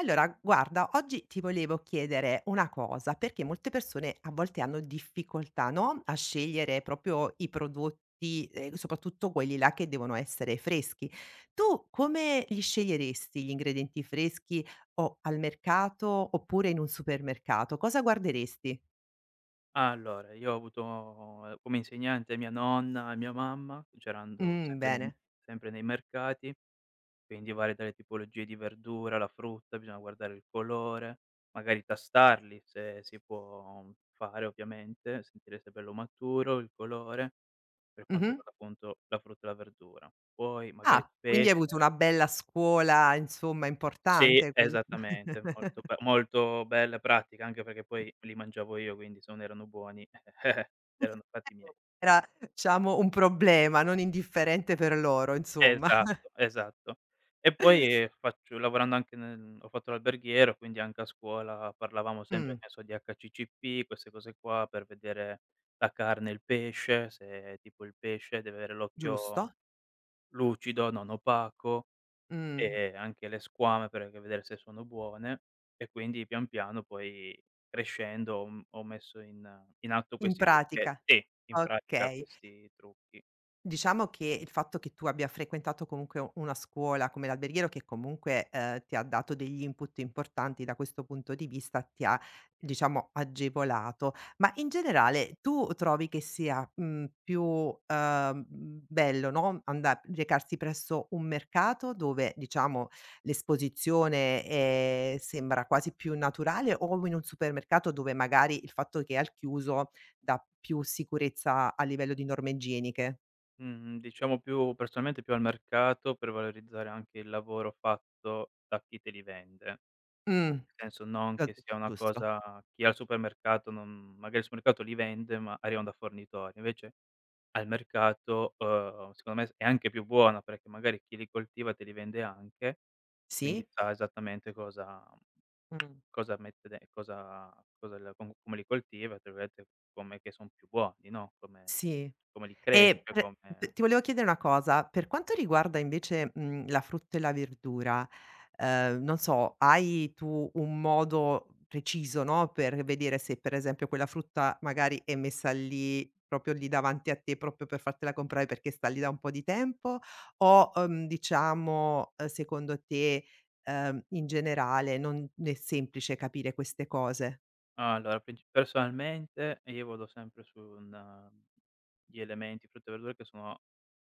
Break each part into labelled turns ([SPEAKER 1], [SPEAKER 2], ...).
[SPEAKER 1] Allora, guarda, oggi ti volevo chiedere una cosa, perché molte persone a volte hanno difficoltà, no, a scegliere proprio i prodotti, soprattutto quelli là che devono essere freschi. Tu come li sceglieresti gli ingredienti freschi o al mercato oppure in un supermercato? Cosa guarderesti?
[SPEAKER 2] Allora, io ho avuto, come insegnante mia nonna e mia mamma, c'erano sempre nei
[SPEAKER 1] Bene.
[SPEAKER 2] sempre nei mercati, quindi varie dalle tipologie di verdura, la frutta, bisogna guardare il colore, magari tastarli se si può fare ovviamente, sentire se è bello maturo, il colore, per quanto
[SPEAKER 1] Mh-mh.
[SPEAKER 2] riguarda appunto la frutta e la verdura. Poi magari il
[SPEAKER 1] Ah, quindi hai
[SPEAKER 2] pesce.
[SPEAKER 1] avuto una bella scuola, insomma,
[SPEAKER 2] Sì,
[SPEAKER 1] importante quel
[SPEAKER 2] esattamente, molto be molto bella e pratica, anche perché poi li mangiavo io, quindi se non erano buoni erano fatti miei.
[SPEAKER 1] era diciamo un problema non indifferente per loro insomma.
[SPEAKER 2] Esatto, esatto. E poi faccio lavorando anche nel ho fatto l'alberghiero, quindi anche a scuola parlavamo sempre, che
[SPEAKER 1] Mh,
[SPEAKER 2] ne so, di HCCP, queste cose qua, per vedere la carne, il pesce, se tipo il pesce deve avere l'occhio
[SPEAKER 1] giusto.
[SPEAKER 2] lucido, non opaco,
[SPEAKER 1] Mh,
[SPEAKER 2] e anche le squame per che vedere se sono buone. E quindi pian piano poi crescendo ho messo in atto
[SPEAKER 1] in
[SPEAKER 2] questi
[SPEAKER 1] pratica.
[SPEAKER 2] trucchetti, sì, in pratica
[SPEAKER 1] Okay.
[SPEAKER 2] questi trucchi.
[SPEAKER 1] Diciamo che il fatto che tu abbia frequentato comunque u una scuola come l'alberghiero, che comunque, ti ha dato degli input importanti da questo punto di vista, ti ha diciamo agevolato. Ma in generale tu trovi che sia, più, bello, no, anda recarsi presso un mercato dove diciamo l'esposizione, sembra quasi più naturale o in un supermercato dove magari il fatto che è al chiuso dà più sicurezza a livello di norme igieniche?
[SPEAKER 2] Mhmm, diciamo, più personalmente, più al mercato, per valorizzare anche il lavoro fatto da chi te li vende.
[SPEAKER 1] Mh,
[SPEAKER 2] Nel senso, non
[SPEAKER 1] la
[SPEAKER 2] che sia una
[SPEAKER 1] giusto.
[SPEAKER 2] cosa, chi al supermercato non, magari il supermercato li vende, ma arrivano da fornitori. Invece al mercato, secondo me s è anche più buona, perché magari chi li coltiva te li vende anche, quindi
[SPEAKER 1] Sì?
[SPEAKER 2] sa esattamente cosa
[SPEAKER 1] Mh.
[SPEAKER 2] cosa mette de cosa cosa l com come li coltiva, tra virgolette, come che son più buoni, no, come
[SPEAKER 1] Sì.
[SPEAKER 2] come li
[SPEAKER 1] E
[SPEAKER 2] cresce,
[SPEAKER 1] pre
[SPEAKER 2] come.
[SPEAKER 1] p ti volevo chiedere una cosa, per quanto riguarda invece, la frutta e la verdura, non so, hai tu un modo preciso, no, per vedere se per esempio quella frutta magari è messa lì, proprio lì davanti a te, proprio per fartela comprare perché sta lì da un po' di tempo o, diciamo, secondo te, in generale non è semplice capire queste cose?
[SPEAKER 2] Allora, princi personalmente io vado sempre su un, gli elementi frutta e verdura che sono,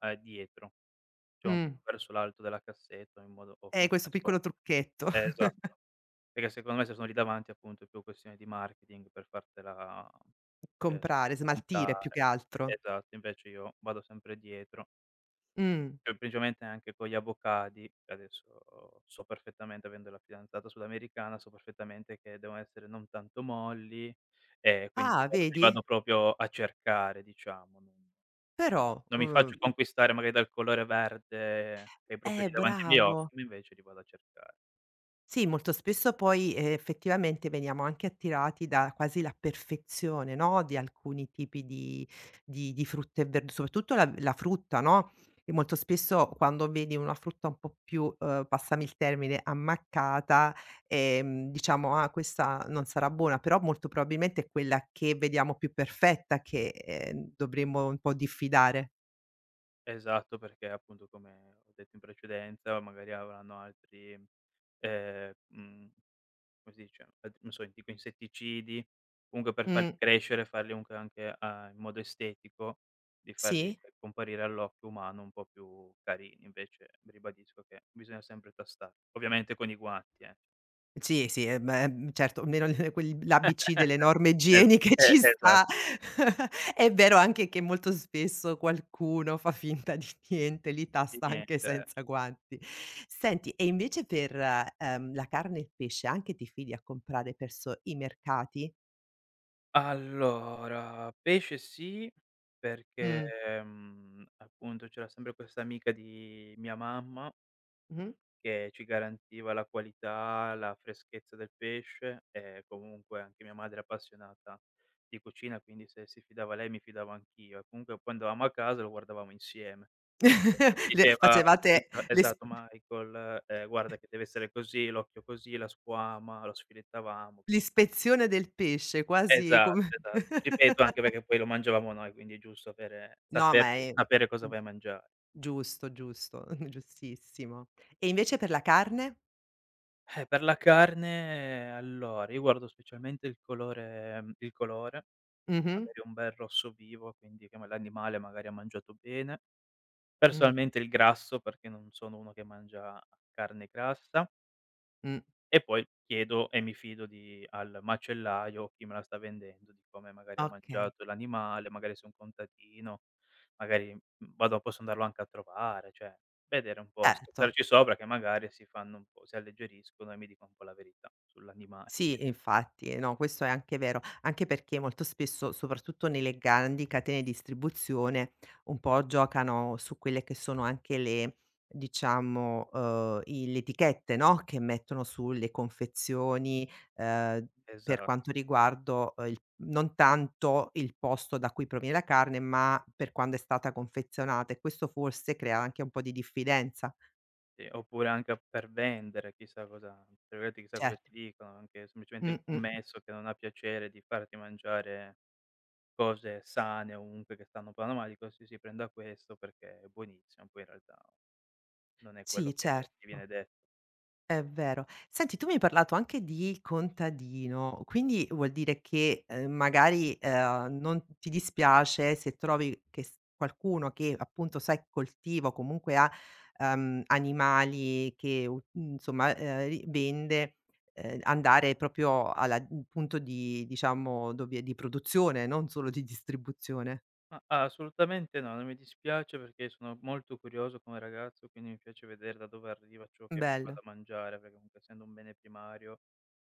[SPEAKER 2] dietro, cioè un
[SPEAKER 1] Mh.
[SPEAKER 2] po' verso l'alto della cassetta, in modo o come
[SPEAKER 1] Questo piccolo
[SPEAKER 2] trasporti.
[SPEAKER 1] trucchetto.
[SPEAKER 2] Esatto, perché secondo me se sono lì davanti appunto è più questione di marketing per fartela, ehm,
[SPEAKER 1] Comprare, smaltire più che
[SPEAKER 2] comprare.
[SPEAKER 1] altro.
[SPEAKER 2] Esatto, invece io vado sempre dietro.
[SPEAKER 1] Mh.
[SPEAKER 2] E principalmente anche con gli avvocati, che adesso so perfettamente, avendo la fidanzata sudamericana, so perfettamente che devono essere non tanto molli, e quindi li
[SPEAKER 1] Ah,
[SPEAKER 2] vado li vado
[SPEAKER 1] vedi?
[SPEAKER 2] proprio a cercare, diciamo, non
[SPEAKER 1] Però,
[SPEAKER 2] non mi faccio conquistare magari dal colore verde che è proprio lì davanti ai miei occhi,
[SPEAKER 1] bravo.
[SPEAKER 2] ma invece li vado a cercare.
[SPEAKER 1] Sì, molto spesso poi, effettivamente veniamo anche attirati da quasi la perfezione, no, di alcuni tipi di frutta e verd soprattutto la frutta, no, e molto spesso quando vedi una frutta un po' più, passami il termine, ammaccata, diciamo: "Ah, questa non sarà buona", però molto probabilmente è quella che vediamo più perfetta che, dovremmo un po' diffidare.
[SPEAKER 2] Esatto, perché appunto come ho detto in precedenza, magari avranno altri, mhmm come si dice, ad non so, tipo insetticidi, comunque per farli
[SPEAKER 1] Mh,
[SPEAKER 2] crescere, farli comunque anche a in modo estetico, di farli
[SPEAKER 1] sì.
[SPEAKER 2] comparire all'occhio umano un po' più carini. Invece ribadisco che bisogna sempre tastare, ovviamente con i guanti, eh.
[SPEAKER 1] Sì, sì, certo, almeno l'ABC delle norme
[SPEAKER 2] Es
[SPEAKER 1] igieniche ci
[SPEAKER 2] esatto,
[SPEAKER 1] sta. È vero anche che molto spesso qualcuno fa finta di niente, li
[SPEAKER 2] di
[SPEAKER 1] tasta anche
[SPEAKER 2] niente.
[SPEAKER 1] senza guanti. Senti, e invece per, la carne e il pesce anche ti fidi a comprare perso i mercati?
[SPEAKER 2] Allora, pesce sì, perché,
[SPEAKER 1] Mh,
[SPEAKER 2] appunto c'era sempre questa amica di mia mamma
[SPEAKER 1] mh-mh.
[SPEAKER 2] che ci garantiva la qualità, la freschezza del pesce, e comunque anche mia madre è appassionata di cucina, quindi se si fidava lei mi fidavo anch'io, e comunque poi andavamo a casa e lo guardavamo insieme. Sì.
[SPEAKER 1] Le
[SPEAKER 2] Diceva
[SPEAKER 1] facevate
[SPEAKER 2] mi diceva: esatto, Michael, guarda che deve essere così, l'occhio così, la squama, lo sfilettavamo, quindi
[SPEAKER 1] l'ispezione del pesce, quasi
[SPEAKER 2] esatto,
[SPEAKER 1] come
[SPEAKER 2] esatto. Ripeto, anche perché poi lo mangiavamo noi, quindi è giusto avere
[SPEAKER 1] no,
[SPEAKER 2] saper
[SPEAKER 1] ma è
[SPEAKER 2] sapere cosa vai a mangiare.
[SPEAKER 1] giusto, giusto, giustissimo. E invece per la carne?
[SPEAKER 2] Per la carne allora, io guardo specialmente il colore, il colore, che
[SPEAKER 1] Mh-mh.
[SPEAKER 2] magari è un bel rosso vivo, quindi che ma l'animale magari ha mangiato bene.
[SPEAKER 1] Mh,
[SPEAKER 2] Personalmente il grasso, perché non sono uno che mangia carne grassa.
[SPEAKER 1] mh,
[SPEAKER 2] E poi chiedo e mi fido di al macellaio o chi me la sta vendendo, di come magari ha
[SPEAKER 1] okay,
[SPEAKER 2] mangiato l'animale, magari se è un contadino, magari, vado posso andarlo anche a trovare, cioè vedere un po',
[SPEAKER 1] certo.
[SPEAKER 2] scherzarci sopra, che magari si fanno un po', si alleggeriscono e mi dicono un po' la verità sull'animale,
[SPEAKER 1] Sì,
[SPEAKER 2] dicia
[SPEAKER 1] e infatti, no, questo è anche vero, anche perché molto spesso, soprattutto nelle grandi catene di distribuzione, un po' giocano su quelle che sono anche le diciamo, i le etichette, no, che mettono sulle confezioni, ehm, per
[SPEAKER 2] esatto,
[SPEAKER 1] quanto riguardo, il non tanto il posto da cui proviene la carne, ma per quando è stata confezionata e questo forse crea anche un po' di diffidenza.
[SPEAKER 2] sì. Oppure anche per vendere, chissà cosa, tra virgolette, "chissà cosa ti
[SPEAKER 1] Certo.
[SPEAKER 2] dicono", anche semplicemente il
[SPEAKER 1] Mh-mh.
[SPEAKER 2] commesso che non ha piacere di farti mangiare cose sane, ovunque che stanno parlando male, dico: "Sì, sì, prenda questo perché è buonissimo." Poi in realtà non è quello
[SPEAKER 1] Sì,
[SPEAKER 2] che ti viene
[SPEAKER 1] certo.
[SPEAKER 2] de
[SPEAKER 1] È vero. Senti, tu mi hai parlato anche di contadino, quindi vuol dire che, magari, non ti dispiace se trovi che s qualcuno che appunto sai coltiva o comunque ha, animali che u insomma, ri vende, andare proprio alla punto di diciamo dove di produzione, non solo di distribuzione.
[SPEAKER 2] Ma assolutamente no, non mi dispiace, perché sono molto curioso come ragazzo, quindi mi piace vedere da dove arriva ciò che poi vado a
[SPEAKER 1] Bello.
[SPEAKER 2] mangiare, perché comunque essendo un bene primario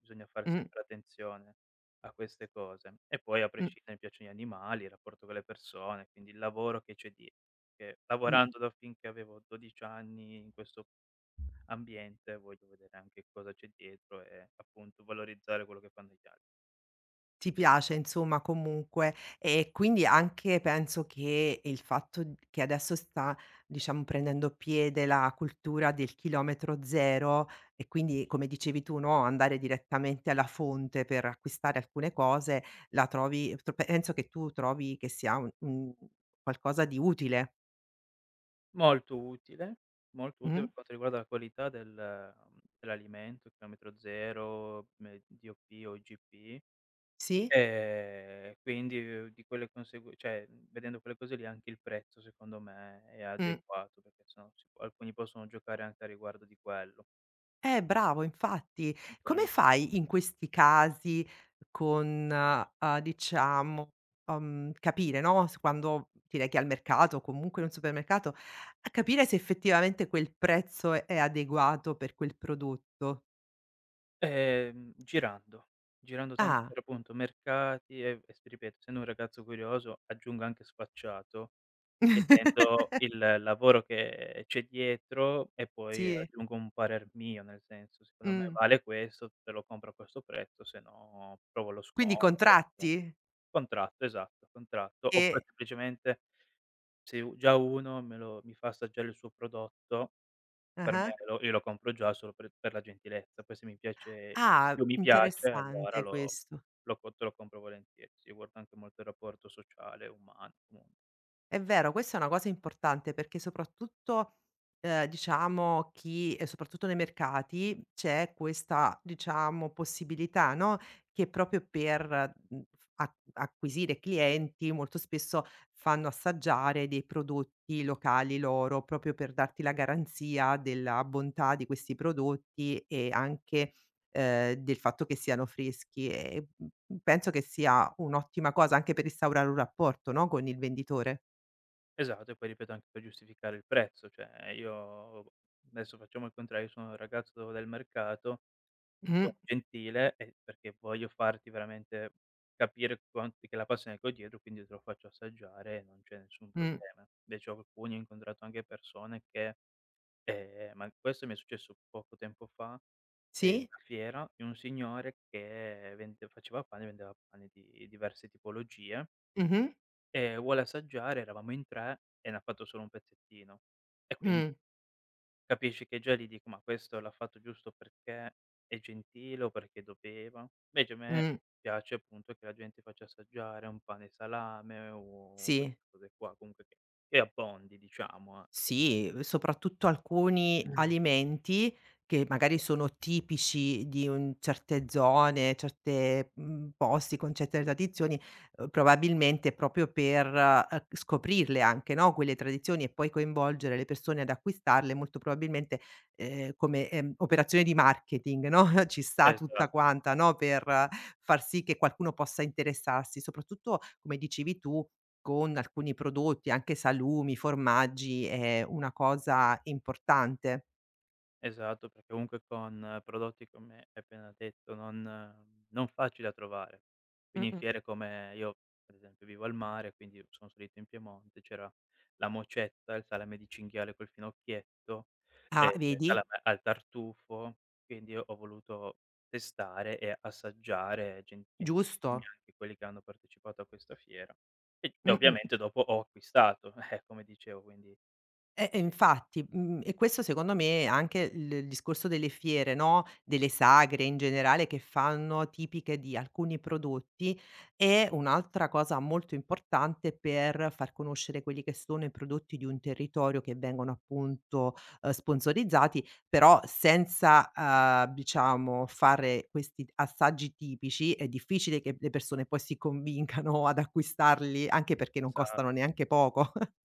[SPEAKER 2] bisogna fare
[SPEAKER 1] Mh,
[SPEAKER 2] sempre attenzione a queste cose. E poi a
[SPEAKER 1] mh,
[SPEAKER 2] prescindere mi piacciono gli animali, il rapporto con le persone, quindi il lavoro che c'è dietro. Perché
[SPEAKER 1] mh.
[SPEAKER 2] lavorando da finché avevo 12 anni in questo ambiente, voglio vedere anche cosa c'è dietro e appunto valorizzare quello che fanno gli altri.
[SPEAKER 1] Ti piace insomma comunque. E quindi anche penso che il fatto d che adesso sta, diciamo, prendendo piede la cultura del chilometro zero e quindi, come dicevi tu, no, andare direttamente alla fonte per acquistare alcune cose, la trovi tro penso che tu trovi che sia un qualcosa di utile.
[SPEAKER 2] Molto utile, molto utile
[SPEAKER 1] Mh?
[SPEAKER 2] per quanto riguarda la qualità dell'alimento, chilometro zero, me DOP o IGP,
[SPEAKER 1] Sì?
[SPEAKER 2] quindi, di quelle consegui cioè, vedendo quelle cose lì anche il prezzo secondo me è
[SPEAKER 1] Mh.
[SPEAKER 2] adeguato, perché sennò si può alcuni possono giocare anche a riguardo di quello,
[SPEAKER 1] Bravo, infatti. Come
[SPEAKER 2] principalmen
[SPEAKER 1] fai in questi casi con, diciamo, capire, no, s quando ti rechi al mercato o comunque in un supermercato, a capire se effettivamente quel prezzo è adeguato per quel prodotto?
[SPEAKER 2] ehm, girando, girando tanto
[SPEAKER 1] Ah.
[SPEAKER 2] per appunto mercati e s ripeto, essendo un ragazzo curioso, aggiungo anche sfacciato. Chiedendo il lavoro che c'è dietro e poi
[SPEAKER 1] Sì.
[SPEAKER 2] aggiungo un parer mio, nel senso: "Secondo me
[SPEAKER 1] Mh.
[SPEAKER 2] vale questo, te lo compro a questo prezzo, se no trovo lo
[SPEAKER 1] Quindi
[SPEAKER 2] sconto o comunque".
[SPEAKER 1] contratti?
[SPEAKER 2] Contratto, esatto, contratto. Oppure
[SPEAKER 1] E
[SPEAKER 2] semplicemente se u già uno me lo mi fa assaggiare il suo prodotto, per me
[SPEAKER 1] ah-ah.
[SPEAKER 2] lo io lo compro già solo per la gentilezza, poi se
[SPEAKER 1] Ah,
[SPEAKER 2] più mi piace allora
[SPEAKER 1] interessante
[SPEAKER 2] lo
[SPEAKER 1] questo.
[SPEAKER 2] lo co te lo compro volentieri. Sì, guardo anche molto il rapporto sociale, umano comun.
[SPEAKER 1] È vero, questa è una cosa importante perché soprattutto, diciamo chi e soprattutto nei mercati c'è questa, diciamo, possibilità, no, che proprio per, mhmm, f ac acquisire clienti molto spesso fanno assaggiare dei prodotti locali loro, proprio per darti la garanzia della bontà di questi prodotti e anche, del fatto che siano freschi e, penso che sia un'ottima cosa anche per instaurare un rapporto, no, con il venditore.
[SPEAKER 2] Esatto, e poi ripeto anche per giustificare il prezzo, cioè io adesso facciamo il contrario, io sono un ragazzo del mercato, sono
[SPEAKER 1] Mh,
[SPEAKER 2] gentile e perché voglio farti veramente capire quanti che la passione che ho dietro, quindi te lo faccio assaggiare e non c'è nessun
[SPEAKER 1] mh.
[SPEAKER 2] problema. Invece ho alcuni ho incontrato anche persone che, ma questo mi è successo poco tempo fa, in
[SPEAKER 1] Sì.
[SPEAKER 2] una fiera, di un signore che vende faceva pane, e vendeva pane di diverse tipologie.
[SPEAKER 1] Mh-mh.
[SPEAKER 2] Vuole assaggiare, eravamo in 3 e ne ha fatto solo un pezzettino. E quindi
[SPEAKER 1] Mh,
[SPEAKER 2] capisci che già lì dico: "Ma questo l'ha fatto giusto perché è gentile o perché doveva?" Invece a me
[SPEAKER 1] mh.
[SPEAKER 2] piace appunto che la gente faccia assaggiare un pane e salame o
[SPEAKER 1] Sì.
[SPEAKER 2] queste cose qua, comunque che abbondi, diciamo, anche.
[SPEAKER 1] Sì, soprattutto alcuni
[SPEAKER 2] Mh.
[SPEAKER 1] alimenti che magari
[SPEAKER 2] Esa
[SPEAKER 1] sono tipici di un certe zone, certe, posti con certe tradizioni, probabilmente proprio per, scoprirle anche, no, quelle tradizioni e poi coinvolgere le persone ad acquistarle, molto probabilmente, come, operazione di marketing, no, ci sta tutta
[SPEAKER 2] esatto.
[SPEAKER 1] quanta, no, per far sì che qualcuno possa interessarsi. Soprattutto, come dicevi tu con alcuni prodotti, anche salumi, formaggi, è una cosa importante.
[SPEAKER 2] Esatto, perché comunque con prodotti come hai appena detto non non facili da trovare. Quindi in
[SPEAKER 1] Mh-mh.
[SPEAKER 2] fiere come io ad esempio vivo al mare, quindi sono salito in Piemonte, c'era la mocetta, il salame di cinghiale col finocchietto,
[SPEAKER 1] Ah,
[SPEAKER 2] il
[SPEAKER 1] vedi?
[SPEAKER 2] salame al tartufo, quindi io ho voluto testare e assaggiare. Gen gentilissimi
[SPEAKER 1] Giusto.
[SPEAKER 2] anche quelli che hanno partecipato a questa fiera. E
[SPEAKER 1] Mh-mh.
[SPEAKER 2] ovviamente dopo ho acquistato, come dicevo, quindi,
[SPEAKER 1] E infatti, e questo secondo me è anche il discorso delle fiere, no, delle sagre in generale che fanno tipiche di alcuni prodotti, è un'altra cosa molto importante per far conoscere quelli che sono i prodotti di un territorio che vengono appunto, sponsorizzati, però senza, diciamo fare questi assaggi tipici è difficile che le persone poi si convincano ad acquistarli, anche perché non
[SPEAKER 2] ehm
[SPEAKER 1] costano neanche poco.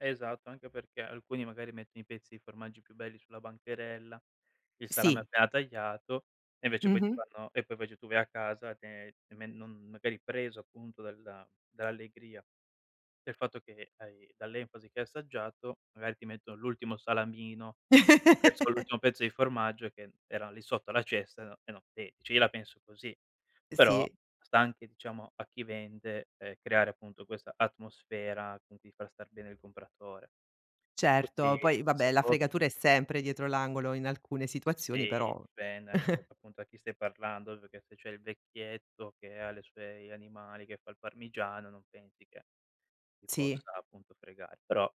[SPEAKER 2] Esatto, anche perché alcuni magari mettono i pezzi di formaggi più belli sulla bancherella, il salame
[SPEAKER 1] Sì.
[SPEAKER 2] appena tagliato, e invece poi ti
[SPEAKER 1] Mh-mh.
[SPEAKER 2] fanno e poi invece tu vai a casa, te me non magari preso appunto dalla dall'allegria. Del fatto che hai Dall'enfasi che hai assaggiato, magari ti mettono l'ultimo salamino, quel pezzo l'ultimo pezzo di formaggio che era lì sotto alla cesta, no, e non vedi. Cioè, io la penso così, però
[SPEAKER 1] Sì,
[SPEAKER 2] sta anche, diciamo, a chi vende, creare appunto questa atmosfera con cui far star bene il compratore. Quindi
[SPEAKER 1] certo. Poi vabbè,
[SPEAKER 2] se
[SPEAKER 1] la
[SPEAKER 2] posso,
[SPEAKER 1] fregatura è sempre dietro l'angolo in alcune situazioni,
[SPEAKER 2] sì,
[SPEAKER 1] però
[SPEAKER 2] dipende anche appunto a chi stai parlando, perché se c'è il vecchietto che ha le sue gli animali, che fa il parmigiano, non pensi che ti
[SPEAKER 1] sì.
[SPEAKER 2] possa appunto fregare, però.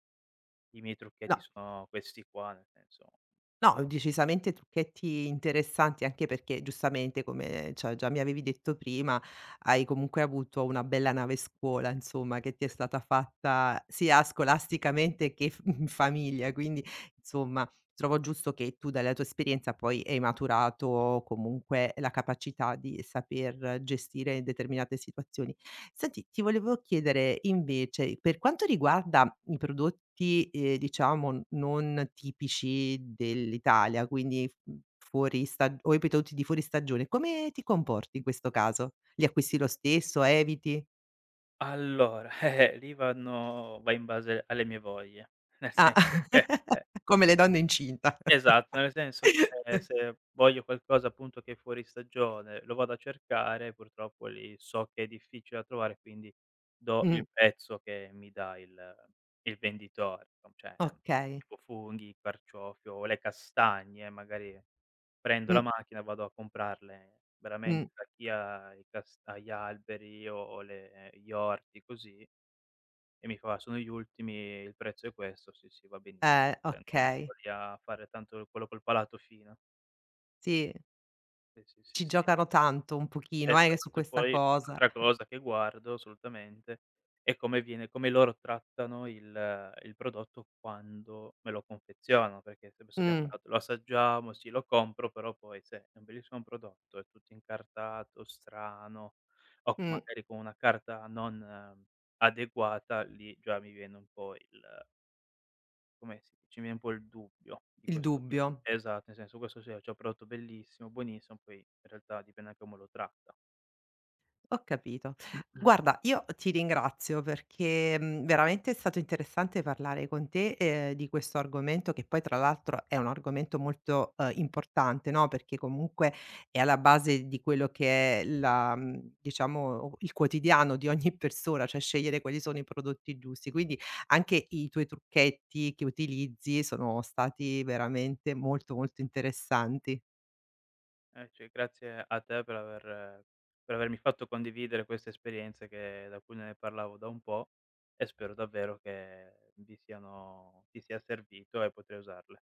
[SPEAKER 2] I miei trucchetti
[SPEAKER 1] No,
[SPEAKER 2] sono questi qua, nel senso
[SPEAKER 1] no, decisamente trucchetti interessanti, anche perché giustamente, come già mi avevi detto prima, hai comunque avuto una bella nave scuola, insomma, che ti è stata fatta sia scolasticamente che f in famiglia, quindi insomma trovo giusto che tu dalla tua esperienza poi hai maturato comunque la capacità di saper gestire determinate situazioni. Senti, ti volevo chiedere invece, per quanto riguarda i prodotti, diciamo non tipici dell'Italia, quindi f mhmm, fuori stag o i prodotti di fuori stagione, come ti comporti in questo caso? Li acquisti lo stesso, eviti?
[SPEAKER 2] allora, lì vanno va in base alle mie voglie, nel
[SPEAKER 1] Ah,
[SPEAKER 2] senso che, eh.
[SPEAKER 1] come le donne incinta.
[SPEAKER 2] Esatto, nel senso che se voglio qualcosa appunto che è fuori stagione, lo vado a cercare, purtroppo lì so che è difficile da trovare, quindi do il
[SPEAKER 1] Mh,
[SPEAKER 2] prezzo che mi dà il venditore, no, cioè,
[SPEAKER 1] okay.
[SPEAKER 2] tipo funghi, carciofio o le castagne, magari prendo la
[SPEAKER 1] Mh,
[SPEAKER 2] macchina e vado a comprarle
[SPEAKER 1] mh.
[SPEAKER 2] veramente da chi ha i cas ha gli alberi o le gli orti, così, e mi fa: "Sono gli ultimi, il prezzo è questo." Sì, sì, va benissi cioè, non
[SPEAKER 1] Okay.
[SPEAKER 2] sto lì a fare tanto quello col palato fino.
[SPEAKER 1] Sì,
[SPEAKER 2] Sì, sì, sì,
[SPEAKER 1] ci
[SPEAKER 2] sì.
[SPEAKER 1] giocano tanto un pochino, su
[SPEAKER 2] Esatto. E
[SPEAKER 1] questa
[SPEAKER 2] poi
[SPEAKER 1] cosa.
[SPEAKER 2] un'altra cosa che guardo assolutamente è come loro trattano il prodotto quando me lo confezionano, perché se adesso abbiamo
[SPEAKER 1] Mh,
[SPEAKER 2] parlato: lo assaggiamo, sì, lo compro, però poi se è un bellissimo prodotto, è tutto incartato, strano, o
[SPEAKER 1] mh,
[SPEAKER 2] magari con una carta non, adeguata, lì già mi viene un po' il, come si dice, mi viene un po' il dubbio di
[SPEAKER 1] il
[SPEAKER 2] questo pro
[SPEAKER 1] dubbio.
[SPEAKER 2] esatto, nel senso, questo sì, c'ha prodotto bellissimo, buonissimo, poi in realtà dipende anche come lo tratta.
[SPEAKER 1] Ho capito. Guarda, io ti ringrazio perché, veramente è stato interessante parlare con te, di questo argomento che poi tra l'altro è un argomento molto, importante, no, perché comunque è alla base di quello che è la diciamo il quotidiano di ogni persona, cioè scegliere quali sono i prodotti giusti. Quindi anche i tuoi trucchetti che utilizzi sono stati veramente molto, molto interessanti.
[SPEAKER 2] Cioè grazie a te per aver per avermi fatto condividere queste esperienze che da cui ne parlavo da un po', e spero davvero che vi siano ti sia servito e potrai usarle.